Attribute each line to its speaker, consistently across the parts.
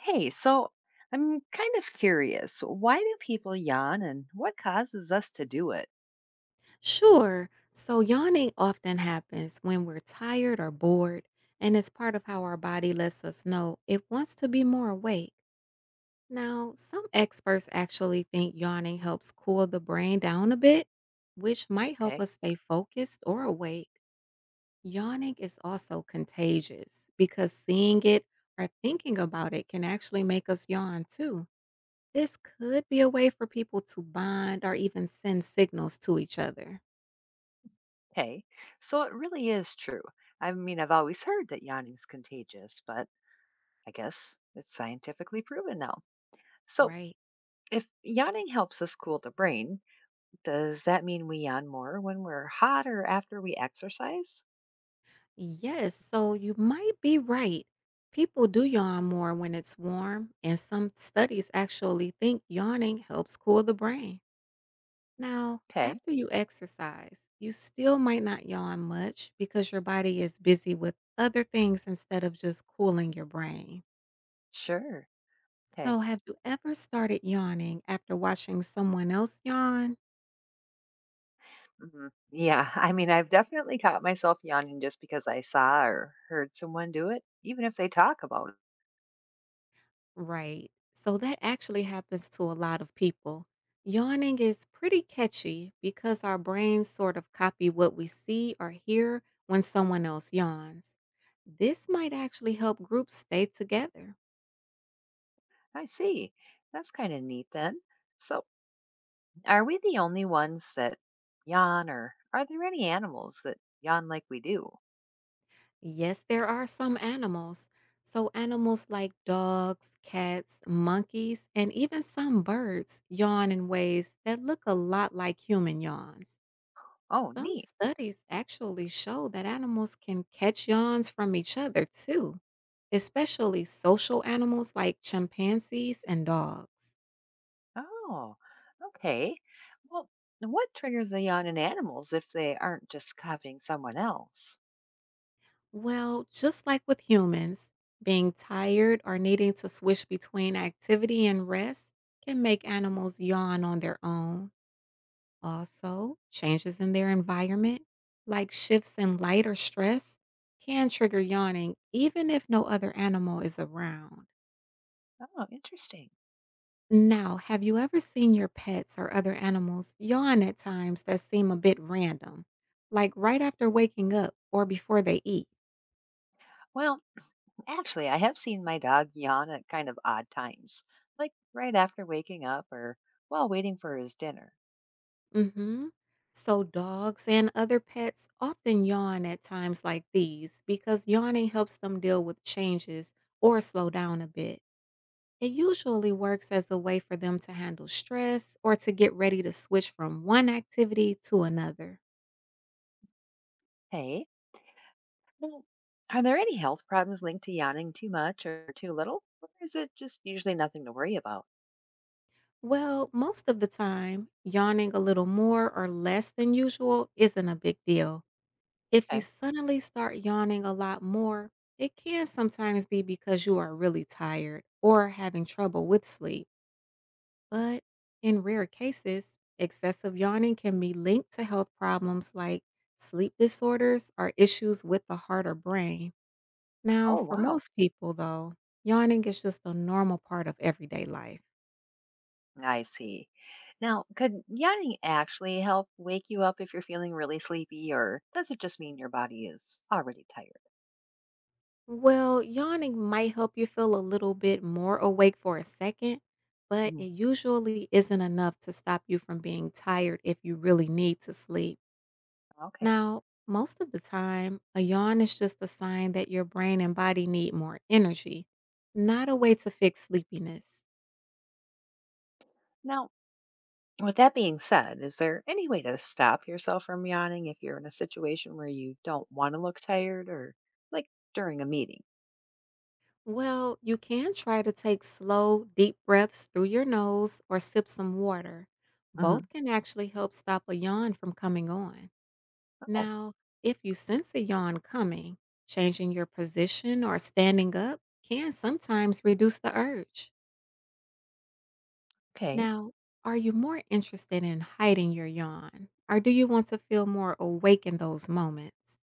Speaker 1: Hey, so I'm kind of curious. Why do people yawn and what causes us to do it?
Speaker 2: Sure. So, yawning often happens when we're tired or bored, and it's part of how our body lets us know it wants to be more awake. Now, some experts actually think yawning helps cool the brain down a bit, which might help
Speaker 1: Okay.
Speaker 2: us stay focused or awake. Yawning is also contagious because seeing it or thinking about it can actually make us yawn too. This could be a way for people to bond or even send signals to each other,
Speaker 1: Hey, so it really is true. I've always heard that yawning's contagious, but I guess it's scientifically proven now. So
Speaker 2: right?
Speaker 1: if yawning helps us cool the brain, does that mean we yawn more when we're hot or after we exercise?
Speaker 2: Yes, so you might be right. People do yawn more when it's warm, and some studies actually think yawning helps cool the brain. Now,
Speaker 1: Okay,
Speaker 2: after you exercise, you still might not yawn much because your body is busy with other things instead of just cooling your brain.
Speaker 1: sure. Okay.
Speaker 2: So, have you ever started yawning after watching someone else yawn?
Speaker 1: Mhm. Yeah, I've definitely caught myself yawning just because I saw or heard someone do it, even if they talk about it.
Speaker 2: Right. So that actually happens to a lot of people. Yawning is pretty catchy because our brains sort of copy what we see or hear when someone else yawns. This might actually help groups stay together.
Speaker 1: I see. That's kind of neat then. So, are we the only ones that yawn, or are there any animals that yawn like we do?
Speaker 2: Yes, there are some animals. So, animals like dogs, cats, monkeys, and even some birds yawn in ways that look a lot like human yawns.
Speaker 1: Oh,
Speaker 2: Some
Speaker 1: neat.
Speaker 2: studies actually show that animals can catch yawns from each other too, especially social animals like chimpanzees and dogs.
Speaker 1: Oh, okay. Well, what triggers a yawn in animals if they aren't just copying someone else?
Speaker 2: Well, just like with humans, being tired or needing to switch between activity and rest can make animals yawn on their own. Also, changes in their environment, like shifts in light or stress, can trigger yawning even if no other animal is around.
Speaker 1: Oh, interesting.
Speaker 2: Now, have you ever seen your pets or other animals yawn at times that seem a bit random, like right after waking up or before they eat?
Speaker 1: Well, actually, I have seen my dog yawn at kind of odd times, like right after waking up or while waiting for his dinner.
Speaker 2: hmm So, dogs and other pets often yawn at times like these because yawning helps them deal with changes or slow down a bit. It usually works as a way for them to handle stress or to get ready to switch from one activity to another.
Speaker 1: Hey, now, are there any health problems linked to yawning too much or too little? Or is it just usually nothing to worry about?
Speaker 2: Well, most of the time, yawning a little more or less than usual isn't a big deal. If you
Speaker 1: Okay.
Speaker 2: suddenly start yawning a lot more, it can sometimes be because you are really tired or having trouble with sleep. But in rare cases, excessive yawning can be linked to health problems like sleep disorders or issues with the heart or brain. Now,
Speaker 1: Oh,
Speaker 2: for
Speaker 1: wow.
Speaker 2: most people, though, yawning is just a normal part of everyday life.
Speaker 1: I see. Now, could yawning actually help wake you up if you're feeling really sleepy, or does it just mean your body is already tired?
Speaker 2: Well, yawning might help you feel a little bit more awake for a second, but it
Speaker 1: Mhm.
Speaker 2: usually isn't enough to stop you from being tired if you really need to sleep.
Speaker 1: Okay.
Speaker 2: Now, most of the time, a yawn is just a sign that your brain and body need more energy, not a way to fix sleepiness.
Speaker 1: Now, with that being said, is there any way to stop yourself from yawning if you're in a situation where you don't want to look tired or like during a meeting?
Speaker 2: Well, you can try to take slow, deep breaths through your nose or sip some water.
Speaker 1: Hmm.
Speaker 2: Both can actually help stop a yawn from coming on.
Speaker 1: Oh,
Speaker 2: Now, if you sense a yawn coming, changing your position or standing up can sometimes reduce the urge.
Speaker 1: okay.
Speaker 2: Now, are you more interested in hiding your yawn or do you want to feel more awake in those moments?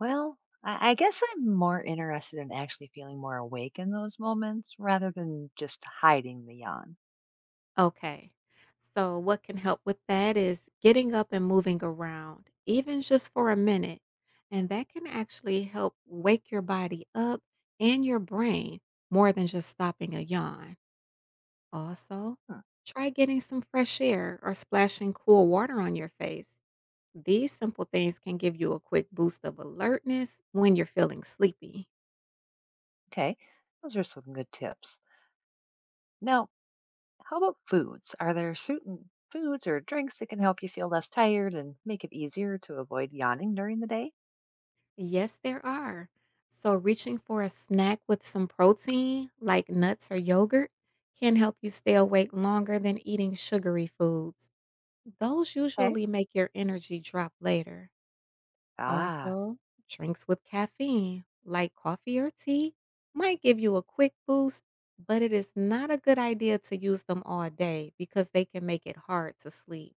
Speaker 1: Well, I guess I'm more interested in actually feeling more awake in those moments rather than just hiding the yawn.
Speaker 2: Okay. So, what can help with that is getting up and moving around, even just for a minute. And that can actually help wake your body up and your brain more than just stopping a yawn. Also,
Speaker 1: Huh.
Speaker 2: try getting some fresh air or splashing cool water on your face. These simple things can give you a quick boost of alertness when you're feeling sleepy.
Speaker 1: Okay, those are some good tips. Now, how about foods? Are there certain foods or drinks that can help you feel less tired and make it easier to avoid yawning during the day?
Speaker 2: Yes, there are. So, reaching for a snack with some protein, like nuts or yogurt, can help you stay awake longer than eating sugary foods. Those
Speaker 1: Okay.
Speaker 2: usually make your energy drop later.
Speaker 1: Ah.
Speaker 2: Also, drinks with caffeine, like coffee or tea, might give you a quick boost, but it is not a good idea to use them all day because they can make it hard to sleep.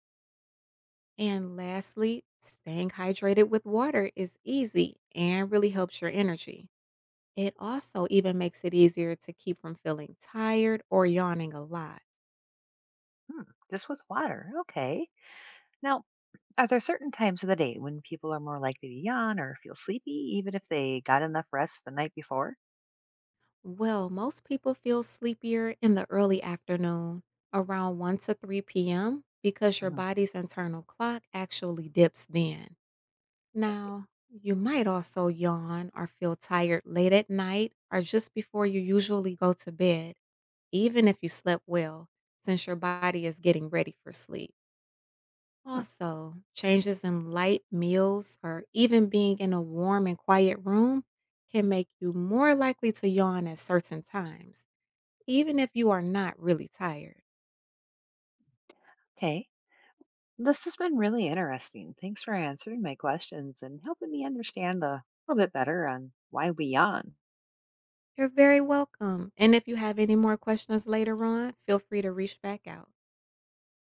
Speaker 2: And lastly, staying hydrated with water is easy and really helps your energy. It also even makes it easier to keep from feeling tired or yawning a lot.
Speaker 1: Hmm, just with water. Okay. Now, are there certain times of the day when people are more likely to yawn or feel sleepy, even if they got enough rest the night before?
Speaker 2: Well, most people feel sleepier in the early afternoon, around 1 to 3 p.m., because your
Speaker 1: Mhm.
Speaker 2: body's internal clock actually dips then.
Speaker 1: I see.
Speaker 2: Now, you might also yawn or feel tired late at night or just before you usually go to bed, even if you slept well, since your body is getting ready for sleep.
Speaker 1: Hmm.
Speaker 2: Also, changes in light meals or even being in a warm and quiet room can make you more likely to yawn at certain times. Even if you are not really tired,
Speaker 1: Okay. This has been really interesting. Thanks for answering my questions and helping me understand a little bit better on why we yawn.
Speaker 2: you're very welcome, and if you have any more questions later on, feel free to reach back out.